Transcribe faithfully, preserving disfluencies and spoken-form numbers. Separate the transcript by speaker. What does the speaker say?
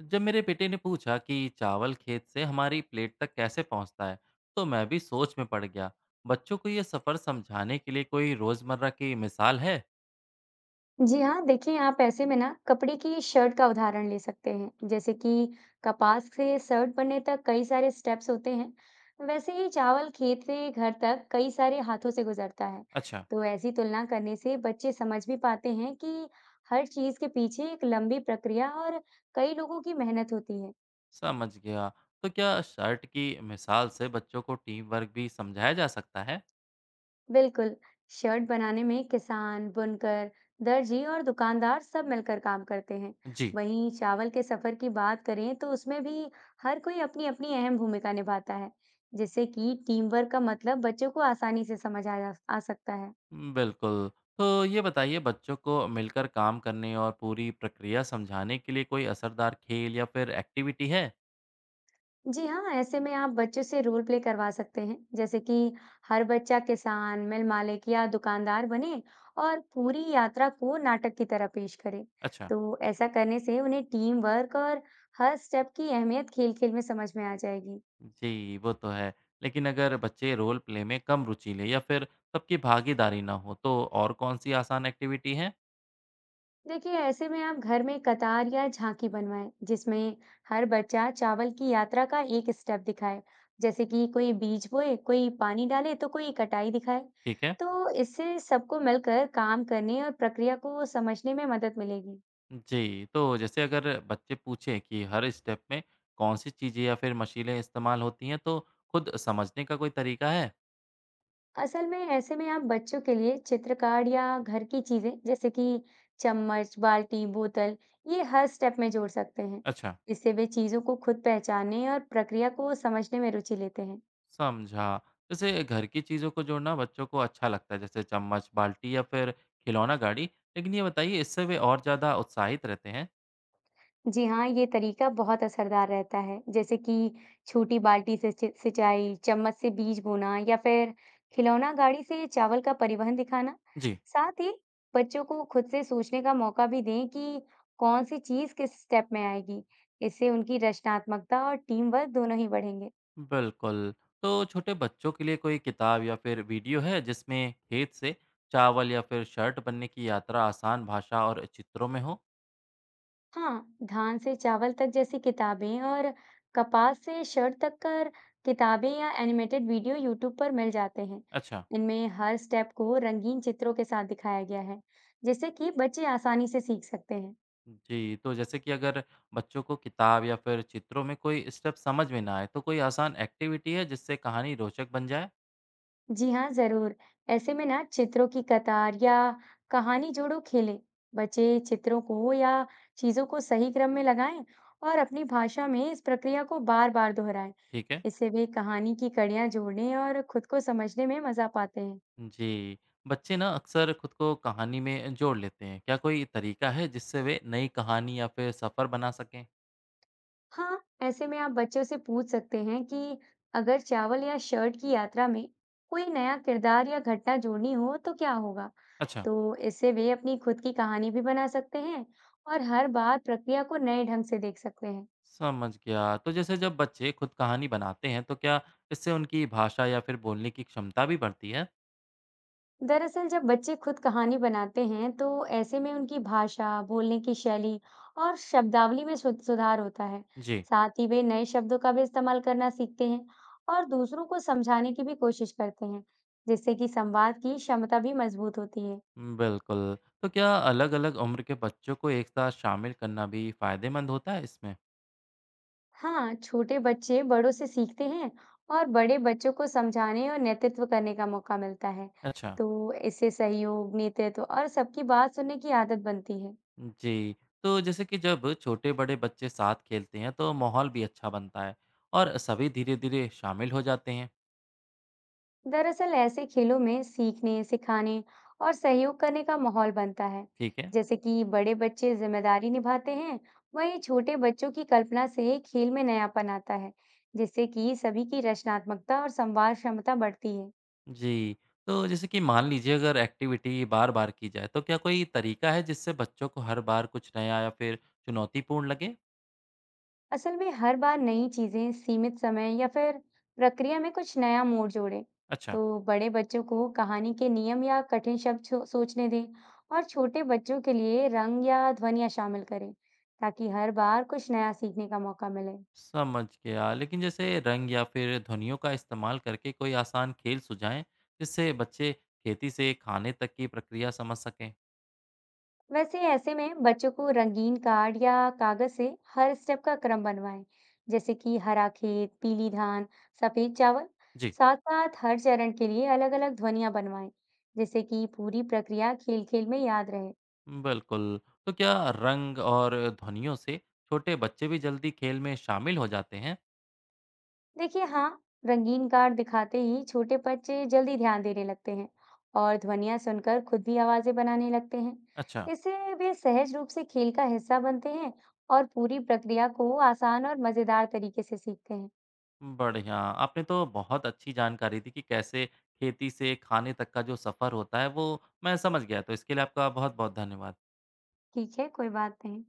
Speaker 1: जब मेरे बेटे ने पूछा कि चावल खेत से हमारी प्लेट तक कैसे पहुंचता है, तो मैं भी सोच में पड़ गया। बच्चों को ये सफर समझाने के लिए कोई रोजमर्रा की मिसाल है?
Speaker 2: जी हाँ, देखिए आप ऐसे में ना कपड़े की शर्ट का उदाहरण ले सकते हैं। जैसे कि कपास से शर्ट बनने तक कई सारे स्टेप्स होते हैं। वैसे ही चावल खेत से घर तक कई सारे हाथों से गुजरता है।
Speaker 1: अच्छा,
Speaker 2: तो ऐसी तुलना करने से बच्चे समझ भी पाते हैं कि हर चीज के पीछे एक लंबी प्रक्रिया और कई लोगों की मेहनत होती है।
Speaker 1: समझ गया। तो क्या शर्ट की मिसाल से बच्चों को टीम वर्क भी समझाया जा सकता है?
Speaker 2: बिल्कुल। शर्ट बनाने में किसान, बुनकर, दर्जी और दुकानदार सब मिलकर काम करते हैं।
Speaker 1: जी,
Speaker 2: वहीं चावल के सफर की बात करें तो उसमें भी हर कोई अपनी अपनी अहम भूमिका निभाता है, जिससे कि टीम वर्क का मतलब बच्चों को आसानी से समझ आ जा आ सकता है।
Speaker 1: बिल्कुल। तो ये बताइए बच्चों को मिलकर काम करने और पूरी प्रक्रिया समझाने के लिए कोई असरदार खेल या फिर एक्टिविटी है?
Speaker 2: जी हाँ, ऐसे में आप बच्चों से रोल प्ले करवा सकते हैं, जैसे कि हर बच्चा किसान, मिल मालिक या दुकानदार बने और पूरी यात्रा को नाटक की तरह पेश करे।
Speaker 1: अच्छा
Speaker 2: तो ऐसा करने से उन्हें टीम वर्क और हर स्टेप की अहमियत खेल-खेल में समझ में आ जाएगी।
Speaker 1: जी, वो तो है। लेकिन अगर बच्चे रोल प्ले में कम रुचि लें या फिर सबकी भागीदारी ना हो, तो और कौन-सी आसान एक्टिविटी है?
Speaker 2: देखिए ऐसे में आप घर में कतार या झांकी बनवाएं जिसमें हर बच्चा चावल की यात्रा का एक स्टेप दिखाए, जैसे कि कोई बीज बोए, कोई पानी डाले तो कोई कटाई दिखाए।
Speaker 1: ठीक है।
Speaker 2: तो इससे सबको मिलकर काम करने और प्रक्रिया को समझने में मदद मिलेगी।
Speaker 1: जी, तो जैसे अगर बच्चे पूछें कि हर स्टेप में कौन-सी चीज़ें या फिर मशीनें इस्तेमाल होती हैं, तो खुद समझने का कोई तरीका है?
Speaker 2: असल में ऐसे में आप बच्चों के लिए चित्रकार या घर की चीजें, जैसे कि चम्मच, बाल्टी, बोतल, ये हर स्टेप में जोड़ सकते हैं।
Speaker 1: अच्छा,
Speaker 2: इससे वे चीजों को खुद पहचानने और प्रक्रिया को समझने में रुचि लेते हैं।
Speaker 1: समझा। जैसे घर की चीज़ों को जोड़ना बच्चों को अच्छा लगता है, जैसे चम्मच, बाल्टी या फिर खिलौना गाड़ी। लेकिन ये बताइए, इससे वे और ज़्यादा उत्साहित रहते हैं?
Speaker 2: जी हाँ, ये तरीका बहुत असरदार रहता है। जैसे कि छोटी बाल्टी से सि सिंचाई, चम्मच से बीज बोना या फिर खिलौना गाड़ी से चावल का परिवहन दिखाना।
Speaker 1: जी।
Speaker 2: साथ ही बच्चों को खुद से सोचने का मौका भी दें कि कौन सी चीज़ किस स्टेप में आएगी। इससे उनकी रचनात्मकता और टीम वर्क दोनों ही बढ़ेंगे।
Speaker 1: बिल्कुल। तो छोटे बच्चों के लिए कोई किताब या फिर वीडियो है जिसमें खेत से चावल या फिर शर्ट बनने की यात्रा आसान भाषा और चित्रों में हो?
Speaker 2: हाँ, धान से चावल तक जैसी किताबें और कपास से शर्ट तक कर किताबें या एनिमेटेड वीडियो यूट्यूब पर मिल जाते हैं।
Speaker 1: अच्छा।
Speaker 2: इनमें हर स्टेप को रंगीन चित्रों के साथ दिखाया गया है, जिससे कि बच्चे आसानी से सीख सकते हैं।
Speaker 1: जी, तो जैसे कि अगर बच्चों को किताब या फिर चित्रों में कोई स्टेप समझ में ना आए, तो कोई आसान एक्टिविटी है जिससे कहानी रोचक बन जाए?
Speaker 2: जी हाँ, जरूर। ऐसे में ना चित्रों की कतार या कहानी जोड़ो खेलें। बचे चित्रों को या चीजों को सही क्रम में लगाएं और अपनी भाषा में इस प्रक्रिया को बार-बार दोहराएं।
Speaker 1: ठीक है।
Speaker 2: इससे वे कहानी की कड़ियाँ जोड़ने और खुद को समझने में मजा पाते हैं।
Speaker 1: जी, बच्चे ना अक्सर खुद को कहानी में जोड़ लेते हैं। क्या कोई तरीका है जिससे वे नई कहानी या फिर सफ़र बना सकें?
Speaker 2: हाँ, ऐसे में आप बच्चों से पूछ सकते हैं कि अगर चावल या शर्ट की यात्रा में कोई नया किरदार या घटना जोड़नी हो तो क्या होगा?
Speaker 1: अच्छा।
Speaker 2: तो इससे वे अपनी खुद की कहानी भी बना सकते हैं और हर बार प्रक्रिया को नए ढंग से देख सकते हैं।
Speaker 1: समझ गया। तो जैसे जब बच्चे खुद कहानी बनाते हैं तो क्या इससे उनकी भाषा या फिर बोलने की क्षमता भी बढ़ती है?
Speaker 2: दरअसल जब बच्चे खुद कहानी बनाते हैं तो ऐसे में उनकी भाषा, बोलने की शैली और शब्दावली में सु- सुधार होता है।
Speaker 1: जी,
Speaker 2: साथ ही वे नए शब्दों का भी इस्तेमाल करना सीखते हैं और दूसरों को समझाने की भी कोशिश करते हैं, जिससे कि संवाद की क्षमता भी मजबूत होती है।
Speaker 1: बिल्कुल। तो क्या अलग-अलग उम्र के बच्चों को एक साथ शामिल करना भी फायदेमंद होता है इसमें?
Speaker 2: हाँ, छोटे बच्चे बड़ों से सीखते हैं और बड़े बच्चों को समझाने और नेतृत्व करने का मौका मिलता है।
Speaker 1: अच्छा,
Speaker 2: तो इससे सहयोग, नेतृत्व और सबकी बात सुनने की आदत बनती है।
Speaker 1: जी। तो जैसे कि जब छोटे-बड़े बच्चे साथ खेलते हैं तो माहौल भी अच्छा बनता है और सभी धीरे-धीरे शामिल हो जाते हैं।
Speaker 2: दरअसल ऐसे खेलों में सीखने, सिखाने और सहयोग करने का माहौल बनता है।
Speaker 1: ठीक है।
Speaker 2: जैसे कि बड़े बच्चे जिम्मेदारी निभाते हैं, वहीं छोटे बच्चों की कल्पना से खेल में नयापन आता है, जिससे कि सभी की रचनात्मकता और संवाद क्षमता बढ़ती है।
Speaker 1: जी। तो जैसे कि मान लीजिए अगर एक्टिविटी बार-बार की जाए, तो क्या कोई तरीका है जिससे बच्चों को हर बार कुछ नया या फिर चुनौतीपूर्ण लगे?
Speaker 2: असल में हर बार नई चीजें, सीमित समय या फिर प्रक्रिया में कुछ नया मोड़ जोड़ें।
Speaker 1: अच्छा।
Speaker 2: तो बड़े बच्चों को कहानी के नियम या कठिन शब्द सो- सोचने दें और छोटे बच्चों के लिए रंग या ध्वनियाँ शामिल करें ताकि हर बार कुछ नया सीखने का मौका मिले।
Speaker 1: समझ गया। लेकिन जैसे रंग या फिर ध्वनियों का इस्तेमाल करके कोई आसान खेल सुझाएँ, जिससे बच्चे खेती से खाने तक की प्रक्रिया समझ सकें?
Speaker 2: वैसे ऐसे में बच्चों को रंगीन कार्ड या कागज से हर स्टेप का क्रम बनवाएं, जैसे कि हरा खेत, पीली धान, सफेद चावल।
Speaker 1: जी।
Speaker 2: साथ साथ हर चरण के लिए अलग अलग ध्वनियां बनवाएं जैसे कि पूरी प्रक्रिया खेल खेल में याद रहे।
Speaker 1: बिल्कुल। तो क्या रंग और ध्वनियों से छोटे बच्चे भी जल्दी खेल में शामिल हो जाते हैं?
Speaker 2: देखिए, हाँ, रंगीन कार्ड दिखाते ही छोटे बच्चे जल्दी ध्यान देने लगते हैं और ध्वनियां सुनकर खुद भी आवाजें बनाने लगते
Speaker 1: अच्छा।
Speaker 2: हैं। इससे वे सहज रूप से खेल का हिस्सा बनते हैं और पूरी प्रक्रिया को आसान और मजेदार तरीके से सीखते हैं।
Speaker 1: बढ़िया। आपने तो बहुत अच्छी जानकारी दी कि कैसे खेती से खाने तक का जो सफ़र होता है, वो मैं समझ गया। तो इसके लिए आपका बहुत-बहुत धन्यवाद।
Speaker 2: ठीक है, कोई बात नहीं।